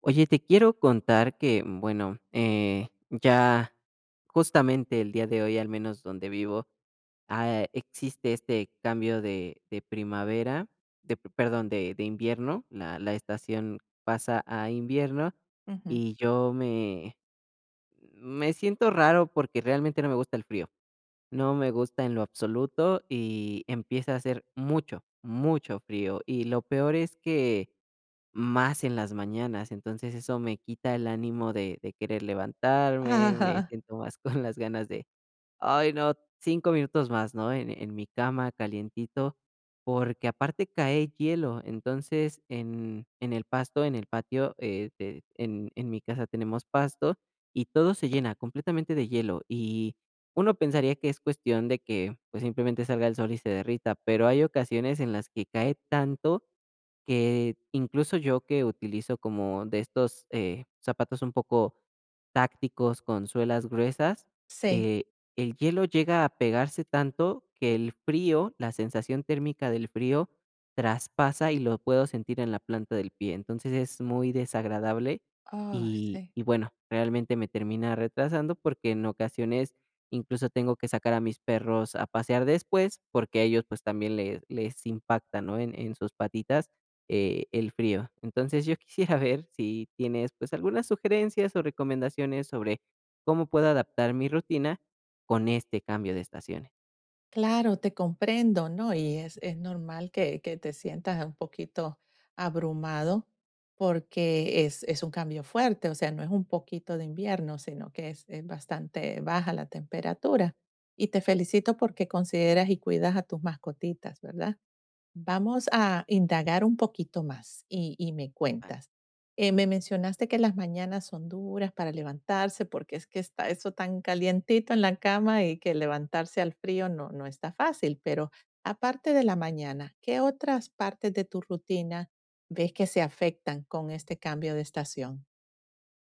Oye, te quiero contar que, bueno, ya justamente el día de hoy, al menos donde vivo, existe este cambio de primavera, perdón, de invierno, la estación pasa a invierno Ujú. y yo me siento raro porque realmente no me gusta el frío, no me gusta en lo absoluto y empieza a hacer mucho, mucho frío y lo peor es que más en las mañanas, entonces eso me quita el ánimo de querer levantarme, me Ajá, siento más con las ganas de, ay no, 5 minutos más, ¿no? En mi cama calientito, porque aparte cae hielo, entonces en el pasto, en el patio, te en mi casa tenemos pasto y todo se llena completamente de hielo, y uno pensaría que es cuestión de que, pues, simplemente salga el sol y se derrita, pero hay ocasiones en las que cae tanto que incluso yo que utilizo como de estos, zapatos un poco tácticos con suelas gruesas, sí. eh, el hielo llega a pegarse tanto que el frío, la sensación térmica del frío traspasa y lo puedo sentir en la planta del pie. Entonces es muy desagradable Oh, y sí. y bueno, realmente me termina retrasando porque en ocasiones incluso tengo que sacar a mis perros a pasear después porque a ellos, pues, también les impacta, ¿no? En sus patitas el frío. Entonces, yo quisiera ver si tienes, pues, algunas sugerencias o recomendaciones sobre cómo puedo adaptar mi rutina con este cambio de estaciones. Claro, te comprendo, ¿no? Y es normal que te sientas un poquito abrumado porque es un cambio fuerte, o sea, no es un poquito de invierno, sino que es bastante baja la temperatura. Y te felicito porque consideras y cuidas a tus mascotitas, ¿verdad? Vamos a indagar un poquito más y me Vale. cuentas. Me mencionaste que las mañanas son duras para levantarse porque es que está eso tan calientito en la cama y que levantarse al frío no, no está fácil, pero aparte de la mañana, ¿qué otras partes de tu rutina ves que se afectan con este cambio de estación?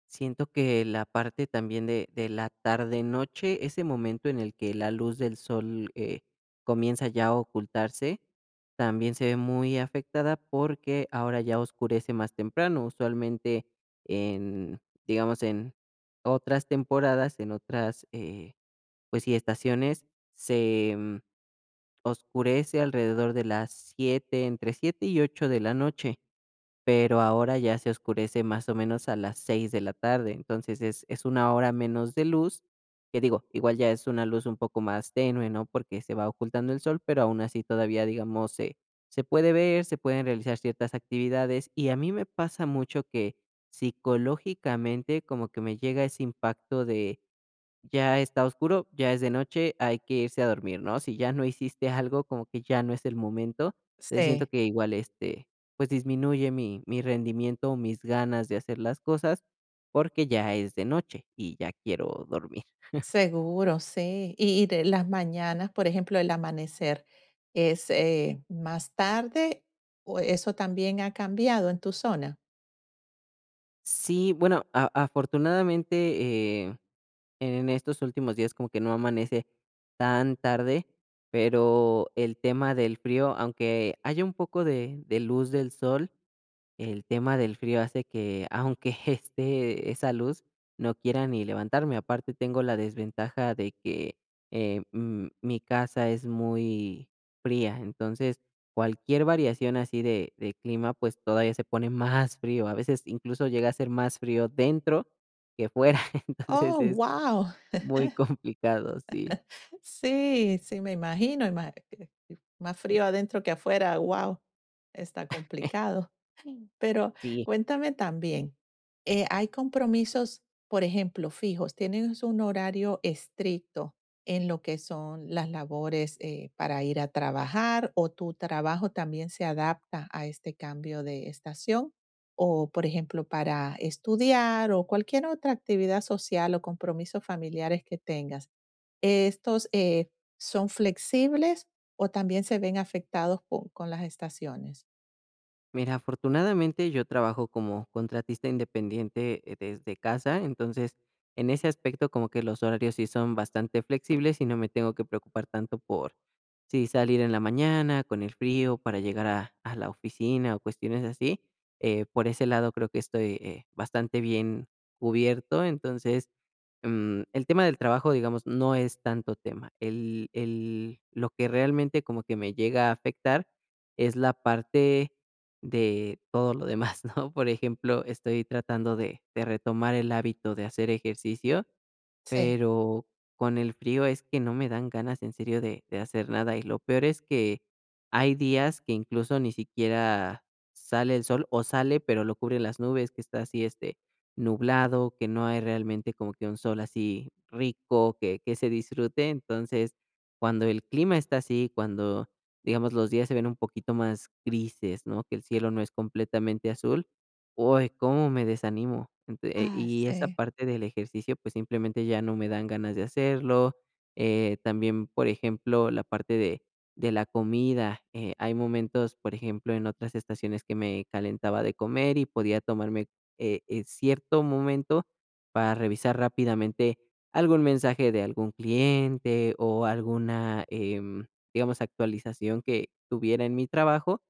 Siento que la parte también de la tarde-noche, ese momento en el que la luz del sol, comienza ya a ocultarse, también se ve muy afectada porque ahora ya oscurece más temprano. Usualmente en, digamos, en otras temporadas, en otras, pues sí, estaciones, se, mm, oscurece alrededor de las 7, entre 7 y 8 de la noche, pero ahora ya se oscurece más o menos a las 6 de la tarde, entonces es una hora menos de luz, que digo, igual ya es una luz un poco más tenue, ¿no? Porque se va ocultando el sol, pero aún así todavía, digamos, se puede ver, se pueden realizar ciertas actividades, y a mí me pasa mucho que psicológicamente como que me llega ese impacto de ya está oscuro, ya es de noche, hay que irse a dormir, ¿no? Si ya no hiciste algo, como que ya no es el momento. Entonces, siento Sí. que igual, este, pues, disminuye mi rendimiento o mis ganas de hacer las cosas, porque ya es de noche y ya quiero dormir. Seguro, sí. Y de las mañanas, por ejemplo, el amanecer, ¿es, más tarde o eso también ha cambiado en tu zona? Sí, bueno, a afortunadamente, en estos últimos días como que no amanece tan tarde, pero el tema del frío, aunque haya un poco de luz del sol. El tema del frío hace que, aunque esté esa luz, no quiera ni levantarme. Aparte, tengo la desventaja de que, mi casa es muy fría, entonces, cualquier variación así de clima, pues, todavía se pone más frío. A veces, incluso, llega a ser más frío dentro que fuera. Entonces, Oh, es guau. muy complicado, sí. Sí, sí, me imagino, ima más frío adentro que afuera, guau, está complicado. Pero Sí. cuéntame también, ¿hay compromisos, por ejemplo, fijos? ¿Tienes un horario estricto en lo que son las labores para ir a trabajar o tu trabajo también se adapta a este cambio de estación? O, por ejemplo, para estudiar o cualquier otra actividad social o compromisos familiares que tengas. ¿Estos son flexibles o también se ven afectados con las estaciones? Mira, afortunadamente yo trabajo como contratista independiente desde casa, entonces en ese aspecto como que los horarios sí son bastante flexibles y no me tengo que preocupar tanto por si salir en la mañana con el frío para llegar a la oficina o cuestiones así. Por ese lado creo que estoy bastante bien cubierto, entonces el tema del trabajo, digamos, no es tanto tema. Lo que realmente como que me llega a afectar es la parte de todo lo demás, ¿no? Por ejemplo, estoy tratando de retomar el hábito de hacer ejercicio Sí. pero con el frío es que no me dan ganas en serio de hacer nada, y lo peor es que hay días que incluso ni siquiera sale el sol, o sale, pero lo cubren las nubes, que está así, este, nublado, que no hay realmente como que un sol así rico que se disfrute. Entonces, cuando el clima está así, cuando, digamos, los días se ven un poquito más grises, ¿no? Que el cielo no es completamente azul. Uy, cómo me desanimo. Ente Ah, y esa sí. parte del ejercicio, pues, simplemente ya no me dan ganas de hacerlo. También, por ejemplo, la parte de la comida, hay momentos, por ejemplo, en otras estaciones que me calentaba de comer y podía tomarme, cierto momento para revisar rápidamente algún mensaje de algún cliente o alguna, digamos, actualización que tuviera en mi trabajo,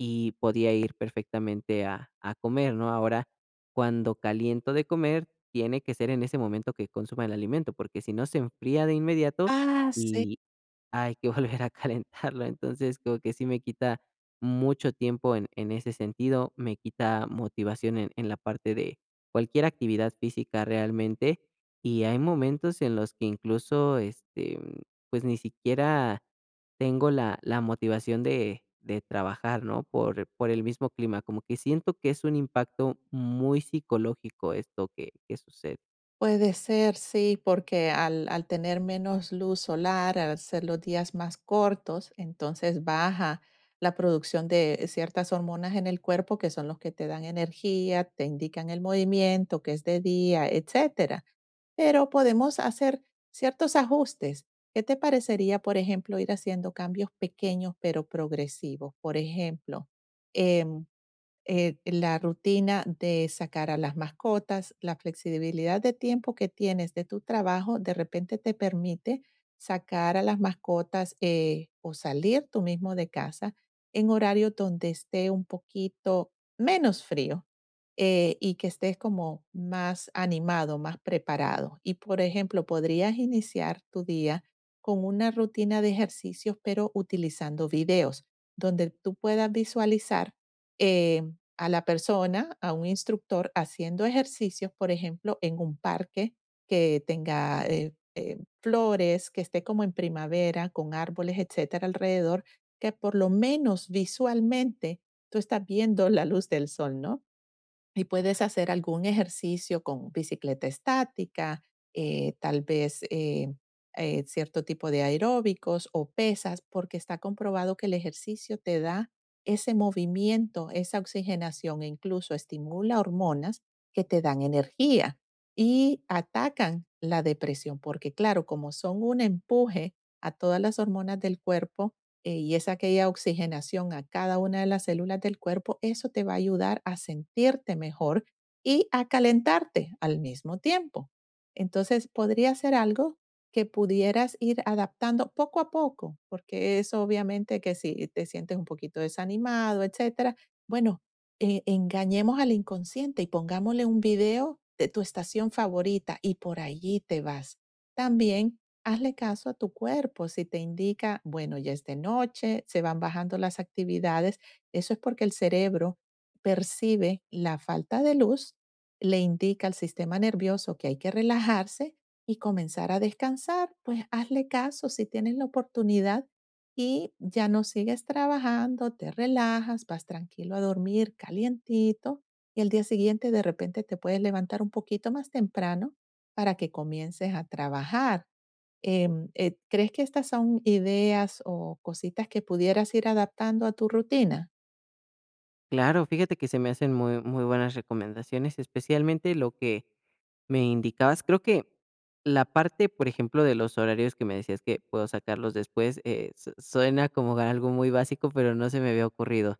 y podía ir perfectamente a comer, ¿no? Ahora, cuando caliento de comer, tiene que ser en ese momento que consuma el alimento, porque si no se enfría de inmediato Ah, sí, y hay que volver a calentarlo. Entonces, como que sí me quita mucho tiempo en ese sentido, me quita motivación en la parte de cualquier actividad física realmente. Y hay momentos en los que incluso, este, pues ni siquiera tengo la motivación de trabajar, ¿no? Por el mismo clima, como que siento que es un impacto muy psicológico esto que sucede. puede ser, sí, porque al tener menos luz solar, al ser los días más cortos, entonces baja la producción de ciertas hormonas en el cuerpo que son los que te dan energía, te indican el movimiento, que es de día, etcétera. Pero podemos hacer ciertos ajustes. ¿Qué te parecería, por ejemplo, ir haciendo cambios pequeños pero progresivos? Por ejemplo, em, la rutina de sacar a las mascotas, la flexibilidad de tiempo que tienes de tu trabajo, de repente te permite sacar a las mascotas o salir tú mismo de casa en horario donde esté un poquito menos frío, y que estés como más animado, más preparado. Y por ejemplo, podrías iniciar tu día con una rutina de ejercicios, pero utilizando videos, donde tú puedas visualizar, eh, a la persona, a un instructor, haciendo ejercicios, por ejemplo, en un parque que tenga flores, que esté como en primavera, con árboles, etcétera, alrededor, que por lo menos visualmente tú estás viendo la luz del sol, ¿no? Y puedes hacer algún ejercicio con bicicleta estática, tal vez cierto tipo de aeróbicos o pesas, porque está comprobado que el ejercicio te da ese movimiento, esa oxigenación e incluso estimula hormonas que te dan energía y atacan la depresión, porque claro, como son un empuje a todas las hormonas del cuerpo, y es aquella oxigenación a cada una de las células del cuerpo, eso te va a ayudar a sentirte mejor y a calentarte al mismo tiempo. Entonces, podría ser algo que pudieras ir adaptando poco a poco, porque eso obviamente que si te sientes un poquito desanimado, etcétera, bueno, engañemos al inconsciente y pongámosle un video de tu estación favorita y por allí te vas. También hazle caso a tu cuerpo. Si te indica, bueno, ya es de noche, se van bajando las actividades, eso es porque el cerebro percibe la falta de luz, le indica al sistema nervioso que hay que relajarse y comenzar a descansar. Pues hazle caso si tienes la oportunidad y ya no sigues trabajando, te relajas, vas tranquilo a dormir, calientito, y el día siguiente de repente te puedes levantar un poquito más temprano para que comiences a trabajar. ¿Crees que estas son ideas o cositas que pudieras ir adaptando a tu rutina? Claro, fíjate que se me hacen muy, muy buenas recomendaciones, especialmente lo que me indicabas. Creo que la parte, por ejemplo, de los horarios que me decías que puedo sacarlos después, suena como algo muy básico, pero no se me había ocurrido.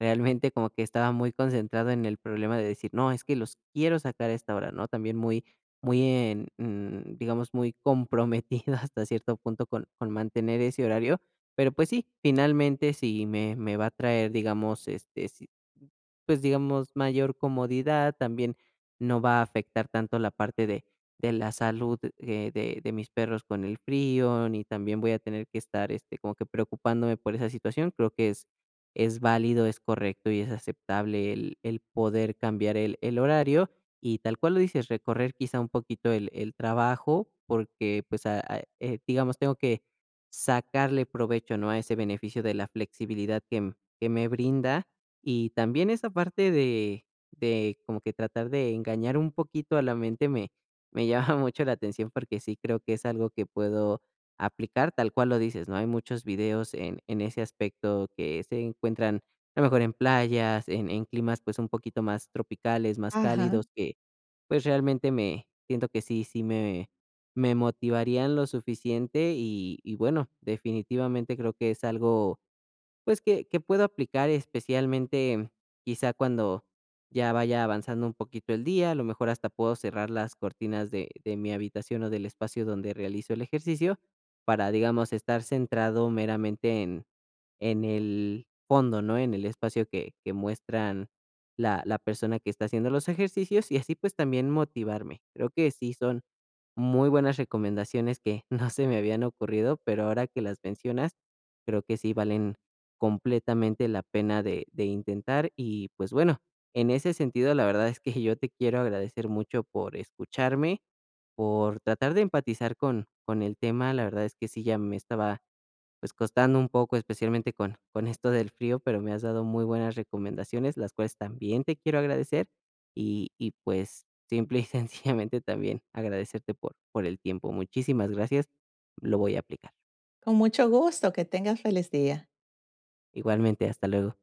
Realmente como que estaba muy concentrado en el problema de decir, no, es que los quiero sacar a esta hora, ¿no? También muy, muy digamos, muy comprometido hasta cierto punto con mantener ese horario. Pero pues sí, finalmente si me va a traer, digamos, este, pues, digamos, mayor comodidad, también no va a afectar tanto la parte de la salud, de mis perros con el frío, ni también voy a tener que estar, este, como que preocupándome por esa situación. Creo que es válido, es correcto y es aceptable el poder cambiar el horario y tal cual lo dices, recorrer quizá un poquito el trabajo, porque, pues, a digamos, tengo que sacarle provecho, ¿no?, a ese beneficio de la flexibilidad que me brinda y también esa parte de como que tratar de engañar un poquito a la mente me llama mucho la atención, porque sí creo que es algo que puedo aplicar, tal cual lo dices, ¿no? Hay muchos videos en ese aspecto que se encuentran, a lo mejor, en playas, en climas, pues, un poquito más tropicales, más Ajá. cálidos, que, pues, realmente me siento que sí me motivarían lo suficiente y bueno, definitivamente creo que es algo pues, que puedo aplicar especialmente, quizá, cuando ya vaya avanzando un poquito el día, a lo mejor hasta puedo cerrar las cortinas de mi habitación o del espacio donde realizo el ejercicio para, digamos, estar centrado meramente en el fondo, ¿no? En el espacio que muestran la persona que está haciendo los ejercicios y así, pues, también motivarme. Creo que sí son muy buenas recomendaciones que no se me habían ocurrido, pero ahora que las mencionas, creo que sí valen completamente la pena de intentar. Y, pues, bueno, en ese sentido, la verdad es que yo te quiero agradecer mucho por escucharme, por tratar de empatizar con el tema. La verdad es que sí, ya me estaba pues, costando un poco, especialmente con esto del frío, pero me has dado muy buenas recomendaciones, las cuales también te quiero agradecer y, pues, simple y sencillamente también agradecerte por el tiempo. Muchísimas gracias, lo voy a aplicar. Con mucho gusto, que tengas feliz día. Igualmente, hasta luego.